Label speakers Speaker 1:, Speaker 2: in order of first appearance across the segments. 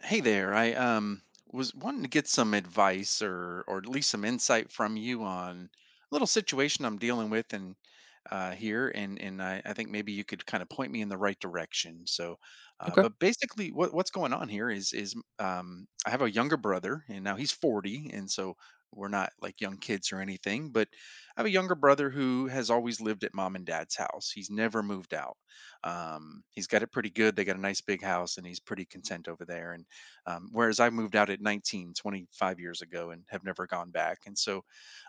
Speaker 1: Hey there. I was wanting to get some advice or at least some insight from you on a little situation I'm dealing with and here and I think maybe you could kind of point me in the right direction. So,
Speaker 2: Okay.
Speaker 1: but basically, what's going on here is I have a younger brother and now he's 40, and so we're not like young kids or anything. But I have a younger brother who has always lived at Mom and Dad's house. He's never moved out. He's got it pretty good. They got a nice big house, and he's pretty content over there. And whereas I moved out at 19, 25 years ago and have never gone back. And so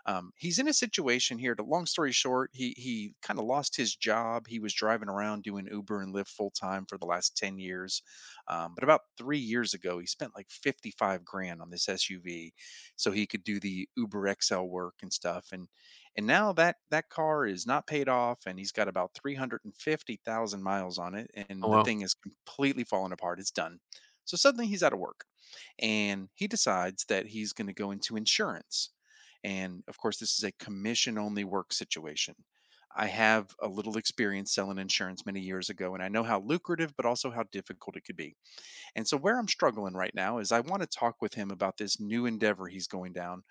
Speaker 1: He's in a situation here, to long story short, he kind of lost his job. He was driving around doing Uber and Lyft full time for the last 10 years. But about three years ago, he spent like 55 grand on this SUV so he could do the Uber XL work and stuff. And now that that car is not paid off and he's got about 350,000 miles on it
Speaker 2: Oh
Speaker 1: and the
Speaker 2: wow.
Speaker 1: thing is completely falling apart. It's done. So suddenly he's out of work and he decides that he's going to go into insurance. And of course, this is a commission only work situation. I have a little experience selling insurance many years ago, and I know how lucrative, but also how difficult it could be. And so where I'm struggling right now is I want to talk with him about this new endeavor he's going down,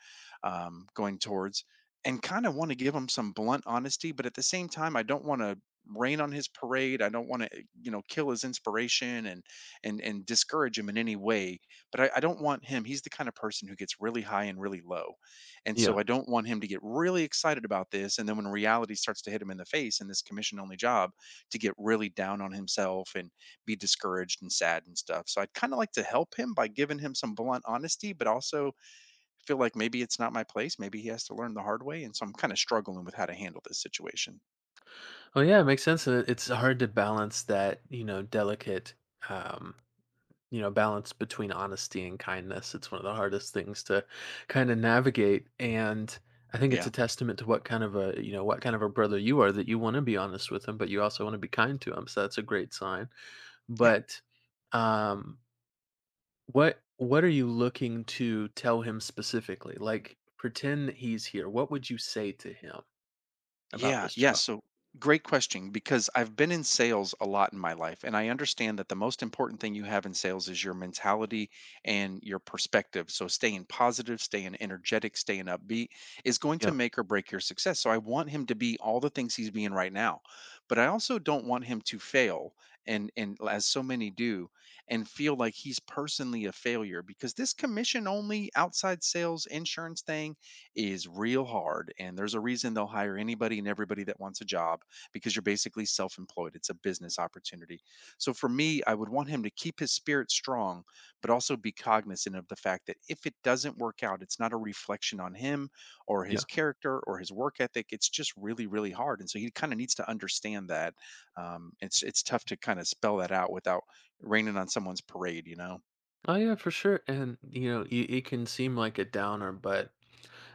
Speaker 1: going towards, and kind of want to give him some blunt honesty, but at the same time, I don't want to rain on his parade. I don't want to, kill his inspiration and and discourage him in any way. But I don't want him. He's the kind of person who gets really high and really low. And
Speaker 2: Yeah.
Speaker 1: so I don't want him to get really excited about this. And then when reality starts to hit him in the face in this commission only job, to get really down on himself and be discouraged and sad and stuff. So I'd kind of like to help him by giving him some blunt honesty, but also feel like maybe it's not my place. Maybe he has to learn the hard way. And so I'm kind of struggling with how to handle this situation.
Speaker 2: Oh yeah, it makes sense. It's hard to balance that, you know, delicate um, you know, balance between honesty and kindness. It's one of the hardest things to kind of navigate. And I think it's
Speaker 1: Yeah.
Speaker 2: a testament to what kind of a, you know, what kind of a brother you are that you want to be honest with him, but you also want to be kind to him. So that's a great sign.
Speaker 1: Yeah.
Speaker 2: But um what are you looking to tell him specifically? Like pretend that he's here. What would you say to him about
Speaker 1: Yeah,
Speaker 2: this
Speaker 1: yeah.
Speaker 2: job?
Speaker 1: So great question because I've been in sales a lot in my life and I understand that the most important thing you have in sales is your mentality and your perspective. So staying positive, staying energetic, staying upbeat is going to
Speaker 2: Yeah.
Speaker 1: make or break your success. So I want him to be all the things he's being right now, but I also don't want him to fail and as so many do and feel like he's personally a failure because this commission only outside sales insurance thing is real hard. And there's a reason they'll hire anybody and everybody that wants a job because you're basically self employed. It's a business opportunity. So for me, I would want him to keep his spirit strong, but also be cognizant of the fact that if it doesn't work out, it's not a reflection on him or his
Speaker 2: Yeah.
Speaker 1: character or his work ethic. It's just really, really hard. And so he kind of needs to understand that. It's tough to kind of spell that out without raining on someone's parade, you know?
Speaker 2: Oh yeah, for sure. And you know, it can seem like a downer, but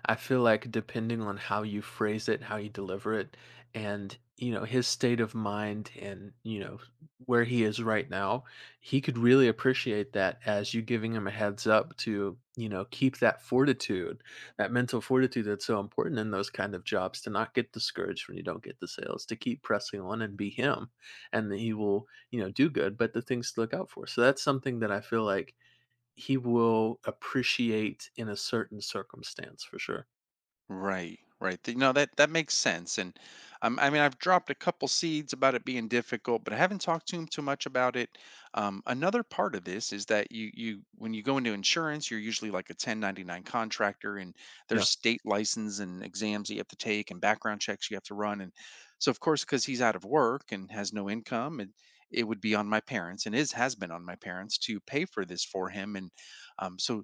Speaker 2: I feel like depending on how you phrase it, how you deliver it, and you know, his state of mind, and you know where he is right now, he could really appreciate that as you giving him a heads up to, you know, keep that fortitude, that mental fortitude that's so important in those kind of jobs, to not get discouraged when you don't get the sales, to keep pressing on and be him. And then he will, you know, do good, but the things to look out for. So that's something that I feel like he will appreciate in a certain circumstance for sure.
Speaker 1: Right, right. No, that makes sense. And I mean, I've dropped a couple seeds about it being difficult, but I haven't talked to him too much about it. Another part of this is that you when you go into insurance, you're usually like a 1099 contractor, and
Speaker 2: Yeah.
Speaker 1: there's state license and exams that you have to take, and background checks you have to run. And so, of course, because he's out of work and has no income, and it would be on my parents, and is has been on my parents to pay for this for him. And so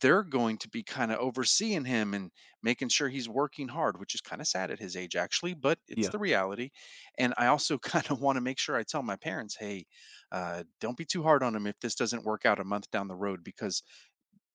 Speaker 1: they're going to be kinda overseeing him and making sure he's working hard, which is kinda sad at his age actually, but it's
Speaker 2: Yeah.
Speaker 1: the reality, and I also kinda wanna make sure I tell my parents, "Hey, don't be too hard on him if this doesn't work out a month down the road," because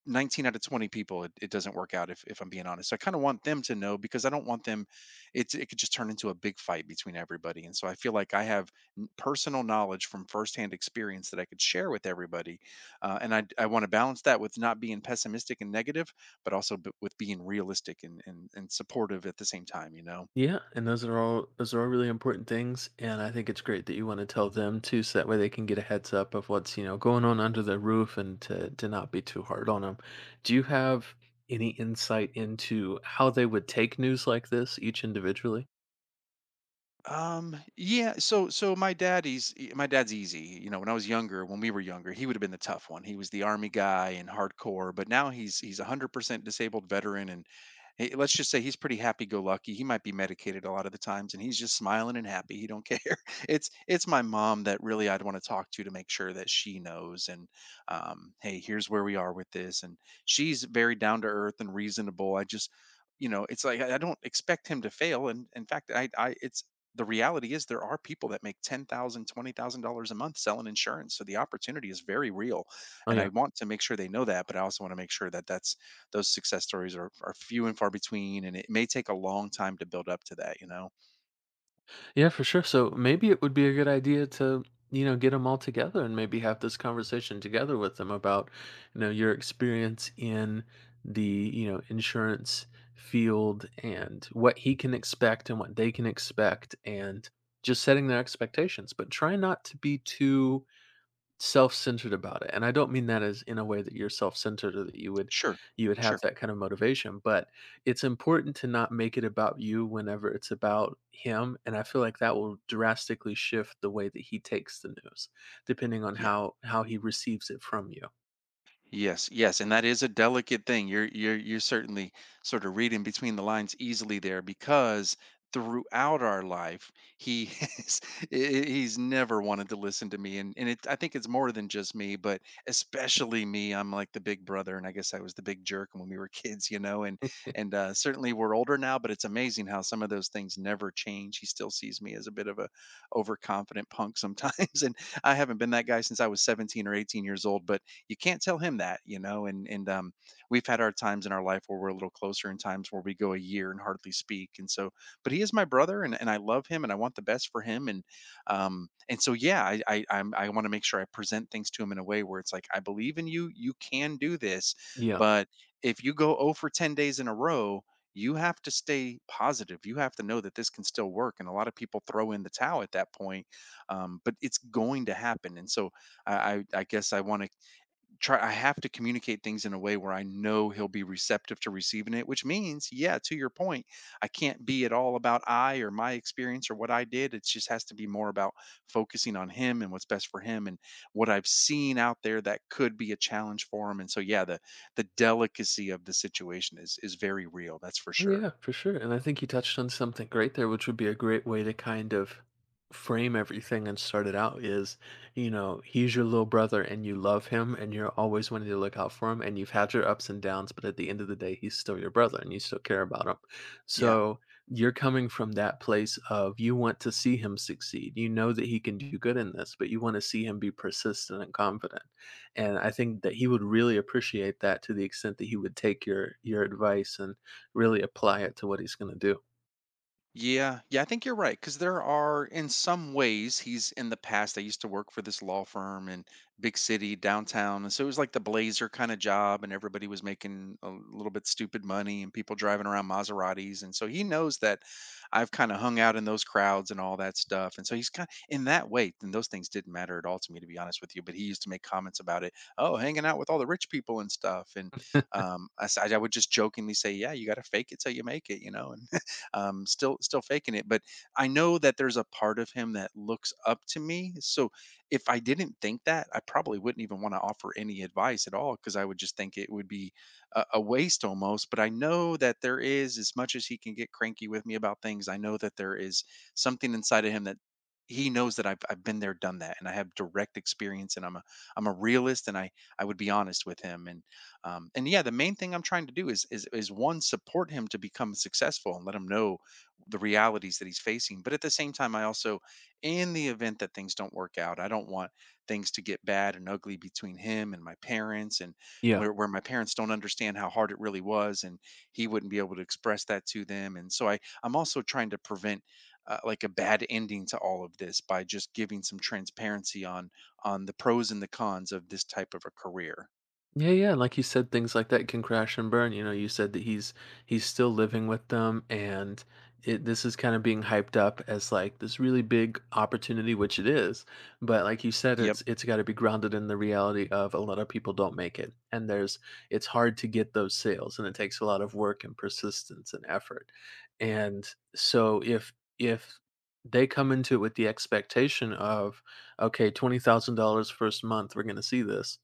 Speaker 1: 19 out of 20 people it doesn't work out if I'm being honest. So I kind of want them to know because I don't want them, it's, it could just turn into a big fight between everybody. And so I feel like I have personal knowledge from firsthand experience that I could share with everybody, and I want to balance that with not being pessimistic and negative but also with being realistic and, and supportive at the same time, you know?
Speaker 2: Yeah, and those are all really important things, and I think it's great that you want to tell them too, so that way they can get a heads up of what's you know going on under their roof, and to not be too hard on them. Do you have any insight into how they would take news like this each individually?
Speaker 1: Yeah, so my dad's easy. You know, when I was younger, when we were younger, he would have been the tough one. He was the army guy and hardcore, but now he's 100% disabled veteran and he, let's just say he's pretty happy go lucky. He might be medicated a lot of the times and he's just smiling and happy. He don't care. It's my mom that really I'd want to talk to make sure that she knows and hey, here's where we are with this. And she's very down to earth and reasonable. I just, you know, it's like I don't expect him to fail, and in fact, I, it's the reality is there are people that make 10,000, $20,000 a month selling insurance. So the opportunity is very real.
Speaker 2: Oh
Speaker 1: And I
Speaker 2: yeah.
Speaker 1: want to make sure they know that, but I also want to make sure that that's those success stories are few and far between. And it may take a long time to build up to that, you know?
Speaker 2: Yeah, for sure. So maybe it would be a good idea to, you know, get them all together and maybe have this conversation together with them about, you know, your experience in the, you know, insurance field, and what he can expect and what they can expect, and just setting their expectations. But try not to be too self-centered about it, and I don't mean that as in a way that you're self-centered or that you would
Speaker 1: Sure.
Speaker 2: you would have
Speaker 1: Sure.
Speaker 2: that kind of motivation, but it's important to not make it about you whenever it's about him, and I feel like that will drastically shift the way that he takes the news, depending on
Speaker 1: Yeah.
Speaker 2: how he receives it from you.
Speaker 1: Yes, yes, and that is a delicate thing. You're certainly sort of reading between the lines easily there because throughout our life he he- he's never wanted to listen to me and it, I think it's more than just me, but especially me. I'm like the big brother and I guess I was the big jerk when we were kids, you know, and certainly we're older now, but it's amazing how some of those things never change. He still sees me as a bit of a overconfident punk sometimes and I haven't been that guy since I was 17 or 18 years old, but you can't tell him that, you know. And we've had our times in our life where we're a little closer, and times where we go a year and hardly speak. And so, but he is my brother, and I love him, and I want the best for him. And so yeah, I want to make sure I present things to him in a way where it's like I believe in you, you can do this,
Speaker 2: Yeah.
Speaker 1: but if you go 0 for 10 days in a row, you have to stay positive. You have to know that this can still work. And a lot of people throw in the towel at that point, but it's going to happen. And so I guess I have to communicate things in a way where I know he'll be receptive to receiving it, which means, yeah, to your point, I can't be at all about I or my experience or what I did. It just has to be more about focusing on him and what's best for him and what I've seen out there that could be a challenge for him. And so yeah, the delicacy of the situation is very real, that's for
Speaker 2: Oh,
Speaker 1: sure.
Speaker 2: yeah, for sure. And I think you touched on something great there, which would be a great way to kind of frame everything and start it out is, you know, he's your little brother and you love him and you're always wanting to look out for him and you've had your ups and downs, but at the end of the day, he's still your brother and you still care about him.
Speaker 1: Yeah.
Speaker 2: So you're coming from that place of you want to see him succeed. You know that he can do good in this, but you want to see him be persistent and confident. And I think that he would really appreciate that to the extent that he would take your advice and really apply it to what he's gonna do.
Speaker 1: Yeah, I think you're right because there are, in some ways, he's in the past. I used to work for this law firm in big city downtown, and so it was like the blazer kind of job, and everybody was making a little bit stupid money, and people driving around Maseratis, and so he knows that I've kind of hung out in those crowds and all that stuff, and so he's kind in that way. Then those things didn't matter at all to me, to be honest with you. But he used to make comments about it. Oh, hanging out with all the rich people and stuff, and I would just jokingly say, "Yeah, you got to fake it till you make it," still faking it. But I know that there's a part of him that looks up to me. So if I didn't think that, I probably wouldn't even want to offer any advice at all because I would just think it would be a waste almost. But I know that there is, as much as he can get cranky with me about things, I know that there is something inside of him that he knows that I've been there, done that, and I have direct experience, and I'm a realist, and I would be honest with him, and yeah, the main thing I'm trying to do is one support him to become successful and let him know the realities that he's facing. But at the same time, I also, in the event that things don't work out, I don't want things to get bad and ugly between him and my parents, and
Speaker 2: Yeah.
Speaker 1: where my parents don't understand how hard it really was, and he wouldn't be able to express that to them. And so I'm also trying to prevent like a bad ending to all of this by just giving some transparency on the pros and the cons of this type of a career.
Speaker 2: Yeah, yeah, and like you said, things like that can crash and burn. You know, you said that he's still living with them, and this is kind of being hyped up as like this really big opportunity, which it is. But like you said,
Speaker 1: Yep.
Speaker 2: it's got to be grounded in the reality of a lot of people don't make it, and there's it's hard to get those sales, and it takes a lot of work and persistence and effort. And so if they come into it with the expectation of, okay, $20,000 first month, we're going to see this,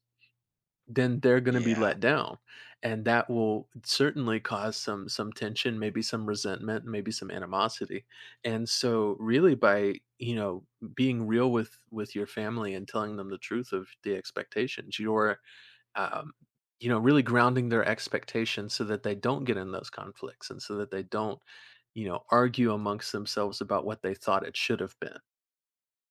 Speaker 2: then they're going to be
Speaker 1: Yeah.
Speaker 2: let down, and that will certainly cause some tension, maybe some resentment, maybe some animosity. And so really by, you know, being real with your family and telling them the truth of the expectations, um you know, really grounding their expectations so that they don't get in those conflicts, and so that they don't, you know, argue amongst themselves about what they thought it should have been.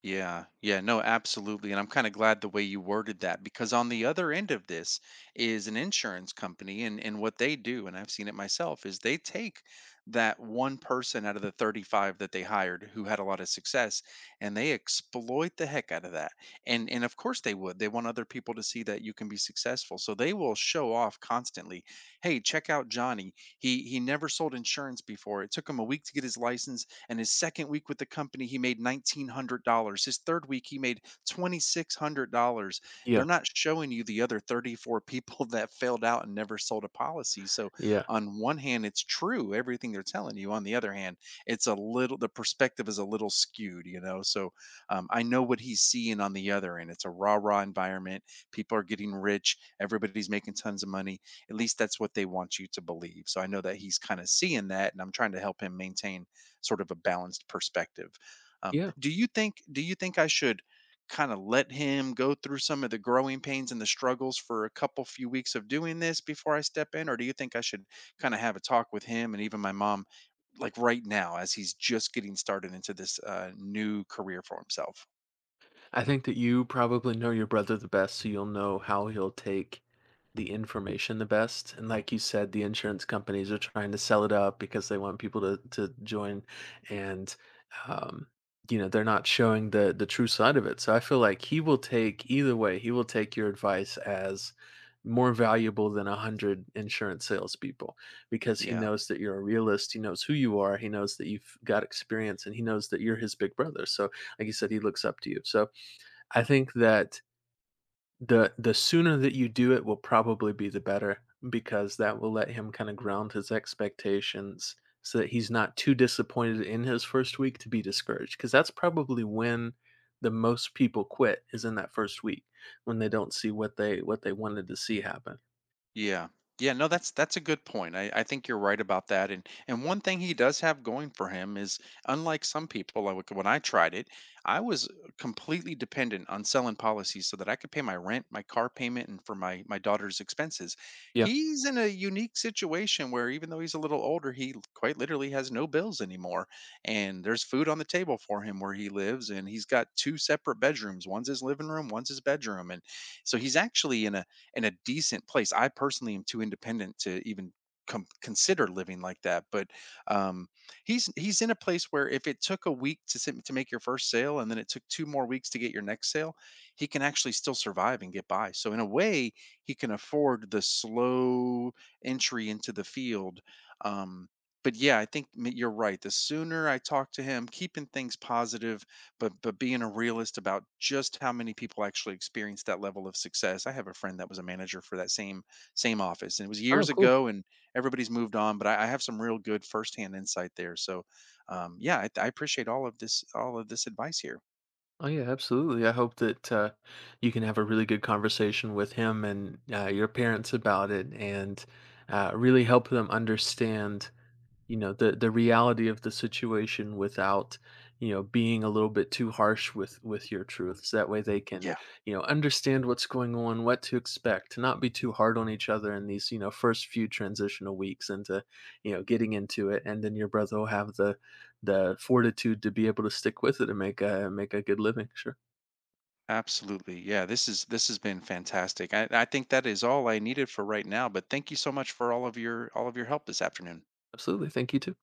Speaker 1: Yeah, yeah, no, absolutely. And I'm kind of glad the way you worded that because on the other end of this is an insurance company and what they do, and I've seen it myself, is they take that one person out of the 35 that they hired who had a lot of success and they exploit the heck out of that. And of course they would. They want other people to see that you can be successful. So they will show off constantly. Hey, check out Johnny. He never sold insurance before. It took him a week to get his license and his second week with the company, he made $1,900. His third week, he made $2,600.
Speaker 2: Yeah.
Speaker 1: They're not showing you the other 34 people that failed out and never sold a policy. So,
Speaker 2: Yeah.
Speaker 1: on one hand, it's true, everything they're telling you. On the other hand, it's a little, the perspective is a little skewed, you know? So, I know what he's seeing on the other end. It's a rah rah environment. People are getting rich. Everybody's making tons of money. At least that's what they want you to believe. So, I know that he's kind of seeing that, and I'm trying to help him maintain sort of a balanced perspective.
Speaker 2: Yeah,
Speaker 1: Do you think I should kind of let him go through some of the growing pains and the struggles for a couple few weeks of doing this before I step in? Or do you think I should kind of have a talk with him and even my mom, like right now, as he's just getting started into this new career for himself?
Speaker 2: I think that you probably know your brother the best, so you'll know how he'll take the information the best. And like you said, the insurance companies are trying to sell it up because they want people to join, and um, you know, they're not showing the true side of it. So I feel like he will take either way. He will take your advice as more valuable than 100 insurance salespeople, because he
Speaker 1: Yeah.
Speaker 2: knows that you're a realist. He knows who you are. He knows that you've got experience, and he knows that you're his big brother. So like you said, he looks up to you. So I think that the sooner that you do it will probably be the better, because that will let him kind of ground his expectations so that he's not too disappointed in his first week to be discouraged, because that's probably when the most people quit, is in that first week, when they don't see what they, what they wanted to see happen.
Speaker 1: Yeah. Yeah, no, that's a good point. I think you're right about that. And one thing he does have going for him is unlike some people, like when I tried it, I was completely dependent on selling policies so that I could pay my rent, my car payment, and for my daughter's expenses.
Speaker 2: Yeah.
Speaker 1: He's in a unique situation where even though he's a little older, quite literally has no bills anymore. And there's food on the table for him where he lives, and he's got two separate bedrooms. One's his living room, one's his bedroom. And so he's actually in a decent place. I personally am too independent to even consider living like that. But um, he's in a place where if it took a week to sit, to make your first sale, and then it took two more weeks to get your next sale, he can actually still survive and get by. So in a way, he can afford the slow entry into the field. Um, but yeah, I think you're right. The sooner I talk to him, keeping things positive, but being a realist about just how many people actually experience that level of success. I have a friend that was a manager for that same office, and it was
Speaker 2: Oh,
Speaker 1: years
Speaker 2: cool.
Speaker 1: ago, and everybody's moved on. But I have some real good firsthand insight there. So, yeah, I appreciate all of this advice here.
Speaker 2: Oh, yeah, absolutely. I hope that you can have a really good conversation with him and your parents about it, and really help them understand, you know, the reality of the situation, without, you know, being a little bit too harsh with your truths, that way they can,
Speaker 1: Yeah,
Speaker 2: you know, understand what's going on, what to expect, to not be too hard on each other in these, you know, first few transitional weeks into, you know, getting into it, and then your brother will have the fortitude to be able to stick with it and make a make a good living. Sure.
Speaker 1: absolutely. Yeah, this is this has been fantastic. I think that is all I needed for right now. But thank you so much for all of your help this afternoon.
Speaker 2: Absolutely, thank you too.